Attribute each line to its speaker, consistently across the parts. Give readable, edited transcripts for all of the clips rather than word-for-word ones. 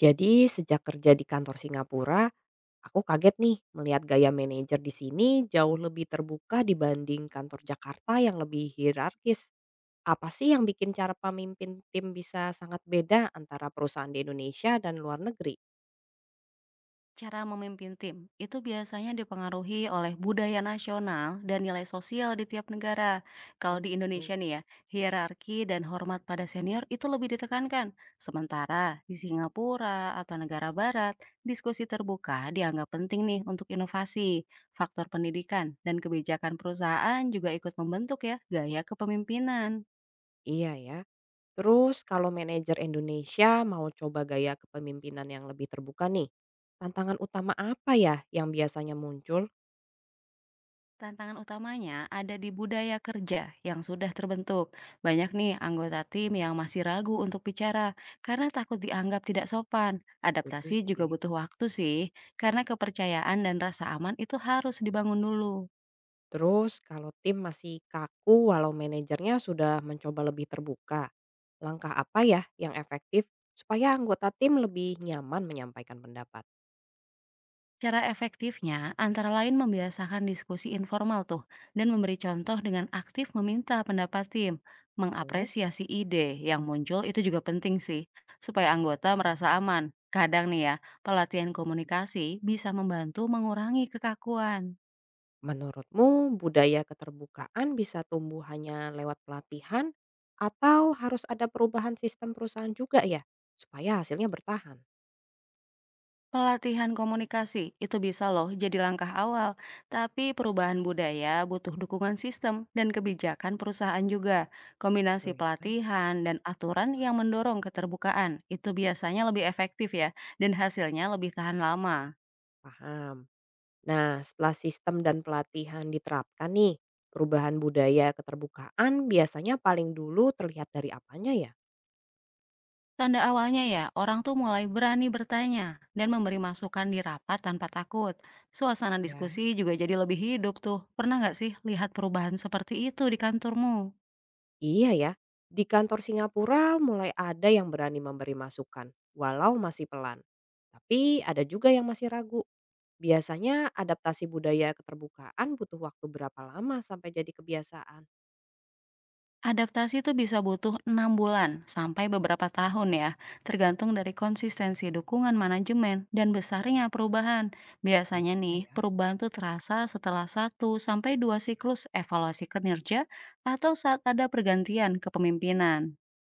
Speaker 1: Jadi sejak kerja di kantor Singapura, aku kaget nih melihat gaya manajer di sini jauh lebih terbuka dibanding kantor Jakarta yang lebih hierarkis. Apa sih yang bikin cara pemimpin tim bisa sangat beda antara perusahaan di Indonesia dan luar negeri?
Speaker 2: Cara memimpin tim itu biasanya dipengaruhi oleh budaya nasional dan nilai sosial di tiap negara. Kalau
Speaker 1: Oh
Speaker 2: di Indonesia
Speaker 1: gitu.
Speaker 2: nih ya, hierarki dan hormat pada senior itu lebih ditekankan. Sementara di Singapura atau negara barat, diskusi terbuka dianggap penting nih untuk inovasi. Faktor pendidikan dan kebijakan perusahaan juga ikut membentuk ya gaya kepemimpinan.
Speaker 1: Iya ya. Terus kalau manajer Indonesia mau coba gaya kepemimpinan yang lebih terbuka nih, tantangan utama apa ya yang biasanya muncul?
Speaker 2: Tantangan utamanya ada di budaya kerja yang sudah terbentuk. Banyak nih anggota tim yang masih ragu untuk bicara karena takut dianggap tidak sopan.
Speaker 1: Setuju
Speaker 2: Adaptasi juga
Speaker 1: sih.
Speaker 2: butuh waktu sih, karena kepercayaan dan rasa aman itu harus dibangun dulu.
Speaker 1: Terus kalau tim masih kaku walau manajernya sudah mencoba lebih terbuka, langkah apa ya yang efektif supaya anggota tim lebih nyaman menyampaikan pendapat?
Speaker 2: Cara efektifnya antara lain membiasakan diskusi informal tuh dan memberi contoh dengan aktif meminta pendapat tim.
Speaker 1: Terus?
Speaker 2: Mengapresiasi ide yang muncul itu juga penting sih supaya anggota merasa aman. Kadang nih ya, pelatihan komunikasi bisa membantu mengurangi kekakuan.
Speaker 1: Menurutmu budaya keterbukaan bisa tumbuh hanya lewat pelatihan atau harus ada perubahan sistem perusahaan juga ya supaya hasilnya bertahan?
Speaker 2: Pelatihan komunikasi itu bisa loh jadi langkah awal, tapi perubahan budaya butuh dukungan sistem dan kebijakan perusahaan juga.
Speaker 1: Gitu
Speaker 2: Kombinasi
Speaker 1: ya.
Speaker 2: pelatihan dan aturan yang mendorong keterbukaan itu biasanya lebih efektif ya, dan hasilnya lebih tahan lama.
Speaker 1: Paham. Nah, setelah sistem dan pelatihan diterapkan nih, perubahan budaya keterbukaan biasanya paling dulu terlihat dari apanya ya?
Speaker 2: Tanda awalnya ya, orang tuh mulai berani bertanya dan memberi masukan di rapat tanpa takut. Suasana
Speaker 1: Ya.
Speaker 2: diskusi juga jadi lebih hidup tuh. Pernah nggak sih lihat perubahan seperti itu di kantormu?
Speaker 1: Iya ya, di kantor Singapura mulai ada yang berani memberi masukan, walau masih pelan. Tapi ada juga yang masih ragu. Biasanya adaptasi budaya keterbukaan butuh waktu berapa lama sampai jadi kebiasaan?
Speaker 2: Adaptasi itu bisa butuh 6 bulan sampai beberapa tahun ya, tergantung dari konsistensi dukungan manajemen dan besarnya perubahan.
Speaker 1: Sama
Speaker 2: Biasanya
Speaker 1: juga
Speaker 2: nih,
Speaker 1: ya.
Speaker 2: perubahan tuh terasa setelah 1 sampai 2 siklus evaluasi kinerja atau saat ada pergantian kepemimpinan.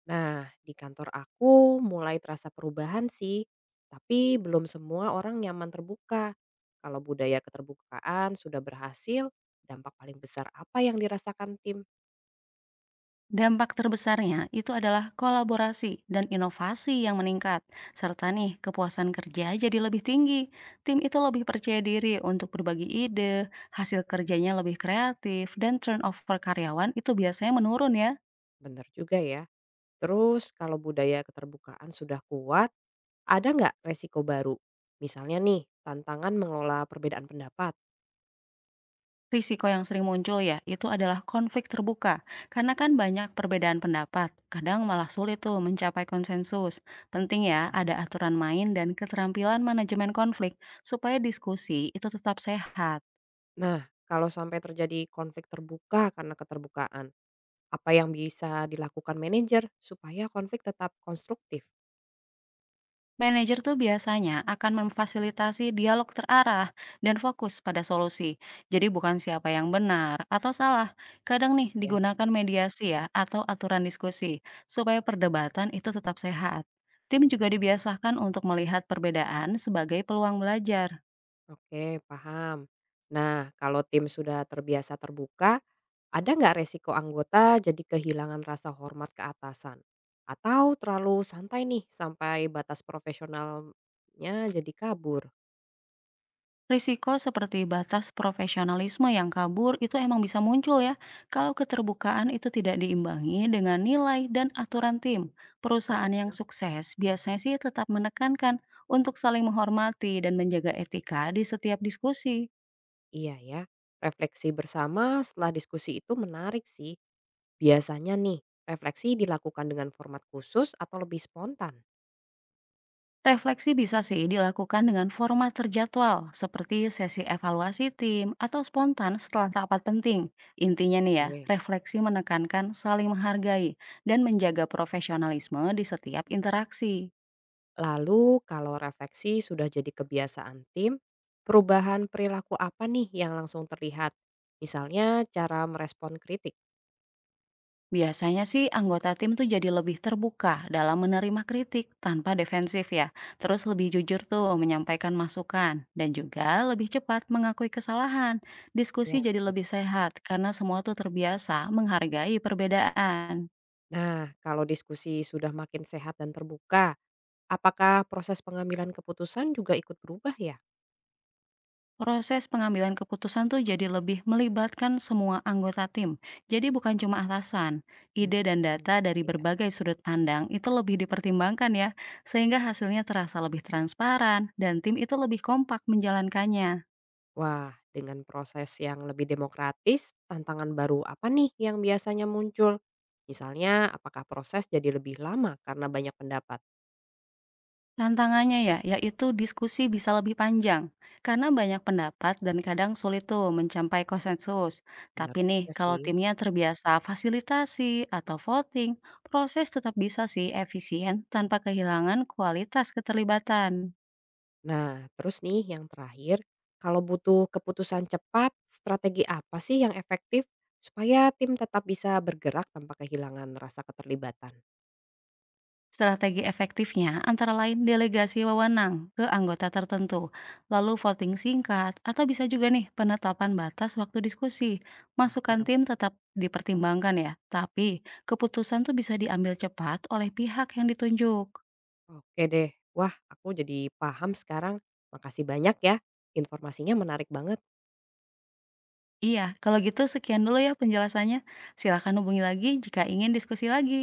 Speaker 1: Nah, di kantor aku mulai terasa perubahan sih, tapi belum semua orang nyaman terbuka. Kalau budaya keterbukaan sudah berhasil, dampak paling besar apa yang dirasakan tim?
Speaker 2: Dampak terbesarnya itu adalah kolaborasi dan inovasi yang meningkat, serta nih kepuasan kerja jadi lebih tinggi. Tim itu lebih percaya diri untuk berbagi ide, hasil kerjanya lebih kreatif, dan turnover karyawan itu biasanya menurun ya.
Speaker 1: Benar juga ya. Terus kalau budaya keterbukaan sudah kuat, ada nggak resiko baru? Misalnya nih, tantangan mengelola perbedaan pendapat.
Speaker 2: Risiko yang sering muncul ya, itu adalah konflik terbuka. Karena kan banyak perbedaan pendapat, kadang malah sulit tuh mencapai konsensus. Penting ya,
Speaker 1: Ya.
Speaker 2: ada aturan main dan keterampilan manajemen konflik, supaya diskusi itu tetap sehat.
Speaker 1: Nah, kalau sampai terjadi konflik terbuka karena keterbukaan, apa yang bisa dilakukan manajer supaya konflik tetap konstruktif?
Speaker 2: Manajer tuh biasanya akan memfasilitasi dialog terarah dan fokus pada solusi. Jadi bukan siapa yang benar atau salah. Kadang nih
Speaker 1: Ya
Speaker 2: digunakan
Speaker 1: sih.
Speaker 2: mediasi ya atau aturan diskusi supaya perdebatan itu tetap sehat. Tim juga dibiasakan untuk melihat perbedaan sebagai peluang belajar.
Speaker 1: Oke, paham. Nah, kalau tim sudah terbiasa terbuka, ada nggak resiko anggota jadi kehilangan rasa hormat ke atasan? Atau terlalu santai nih sampai batas profesionalnya jadi kabur?
Speaker 2: Risiko seperti batas profesionalisme yang kabur itu emang bisa muncul ya kalau keterbukaan itu tidak diimbangi dengan nilai dan aturan tim.
Speaker 1: Bisa
Speaker 2: Perusahaan yang
Speaker 1: ya.
Speaker 2: sukses biasanya sih tetap menekankan untuk saling menghormati dan menjaga etika di setiap diskusi.
Speaker 1: Iya ya, refleksi bersama setelah diskusi itu menarik sih. Biasanya nih, refleksi dilakukan dengan format khusus atau lebih spontan?
Speaker 2: Refleksi bisa sih dilakukan dengan format terjadwal, seperti sesi evaluasi tim atau spontan setelah rapat penting. Intinya nih ya,
Speaker 1: Oke.
Speaker 2: refleksi menekankan saling menghargai dan menjaga profesionalisme di setiap interaksi.
Speaker 1: Lalu kalau refleksi sudah jadi kebiasaan tim, perubahan perilaku apa nih yang langsung terlihat? Misalnya cara merespon kritik.
Speaker 2: Biasanya sih anggota tim tuh jadi lebih terbuka dalam menerima kritik tanpa defensif ya. Terus lebih jujur tuh menyampaikan masukan dan juga lebih cepat mengakui kesalahan. Diskusi
Speaker 1: Ya
Speaker 2: jadi
Speaker 1: sih.
Speaker 2: lebih sehat karena semua tuh terbiasa menghargai perbedaan.
Speaker 1: Nah, kalau diskusi sudah makin sehat dan terbuka, apakah proses pengambilan keputusan juga ikut berubah ya?
Speaker 2: Proses pengambilan keputusan tuh jadi lebih melibatkan semua anggota tim. Jadi bukan cuma atasan.
Speaker 1: Mhm.
Speaker 2: Ide dan
Speaker 1: Iya.
Speaker 2: data dari
Speaker 1: iya.
Speaker 2: berbagai sudut pandang itu lebih dipertimbangkan ya, sehingga hasilnya terasa lebih transparan dan tim itu lebih kompak menjalankannya.
Speaker 1: Wah, dengan proses yang lebih demokratis, tantangan baru apa nih yang biasanya muncul? Misalnya, apakah proses jadi lebih lama karena banyak pendapat?
Speaker 2: Tantangannya ya, yaitu diskusi bisa lebih panjang karena banyak pendapat dan kadang sulit tuh mencapai konsensus.
Speaker 1: Benar
Speaker 2: Tapi nih,
Speaker 1: juga
Speaker 2: kalau
Speaker 1: sih.
Speaker 2: timnya terbiasa fasilitasi atau voting, proses tetap bisa sih efisien tanpa kehilangan kualitas keterlibatan.
Speaker 1: Nah, terus nih yang terakhir, kalau butuh keputusan cepat, strategi apa sih yang efektif supaya tim tetap bisa bergerak tanpa kehilangan rasa keterlibatan?
Speaker 2: Strategi efektifnya antara lain delegasi wewenang ke anggota tertentu, lalu voting singkat, atau bisa juga nih penetapan batas waktu diskusi. Masukan
Speaker 1: Paham.
Speaker 2: tim tetap dipertimbangkan ya, tapi keputusan tuh bisa diambil cepat oleh pihak yang ditunjuk.
Speaker 1: Oke deh. Wah, aku jadi paham sekarang. Makasih banyak ya. Informasinya menarik banget.
Speaker 2: Iya, kalau gitu sekian dulu ya penjelasannya. Silakan hubungi lagi jika ingin diskusi lagi.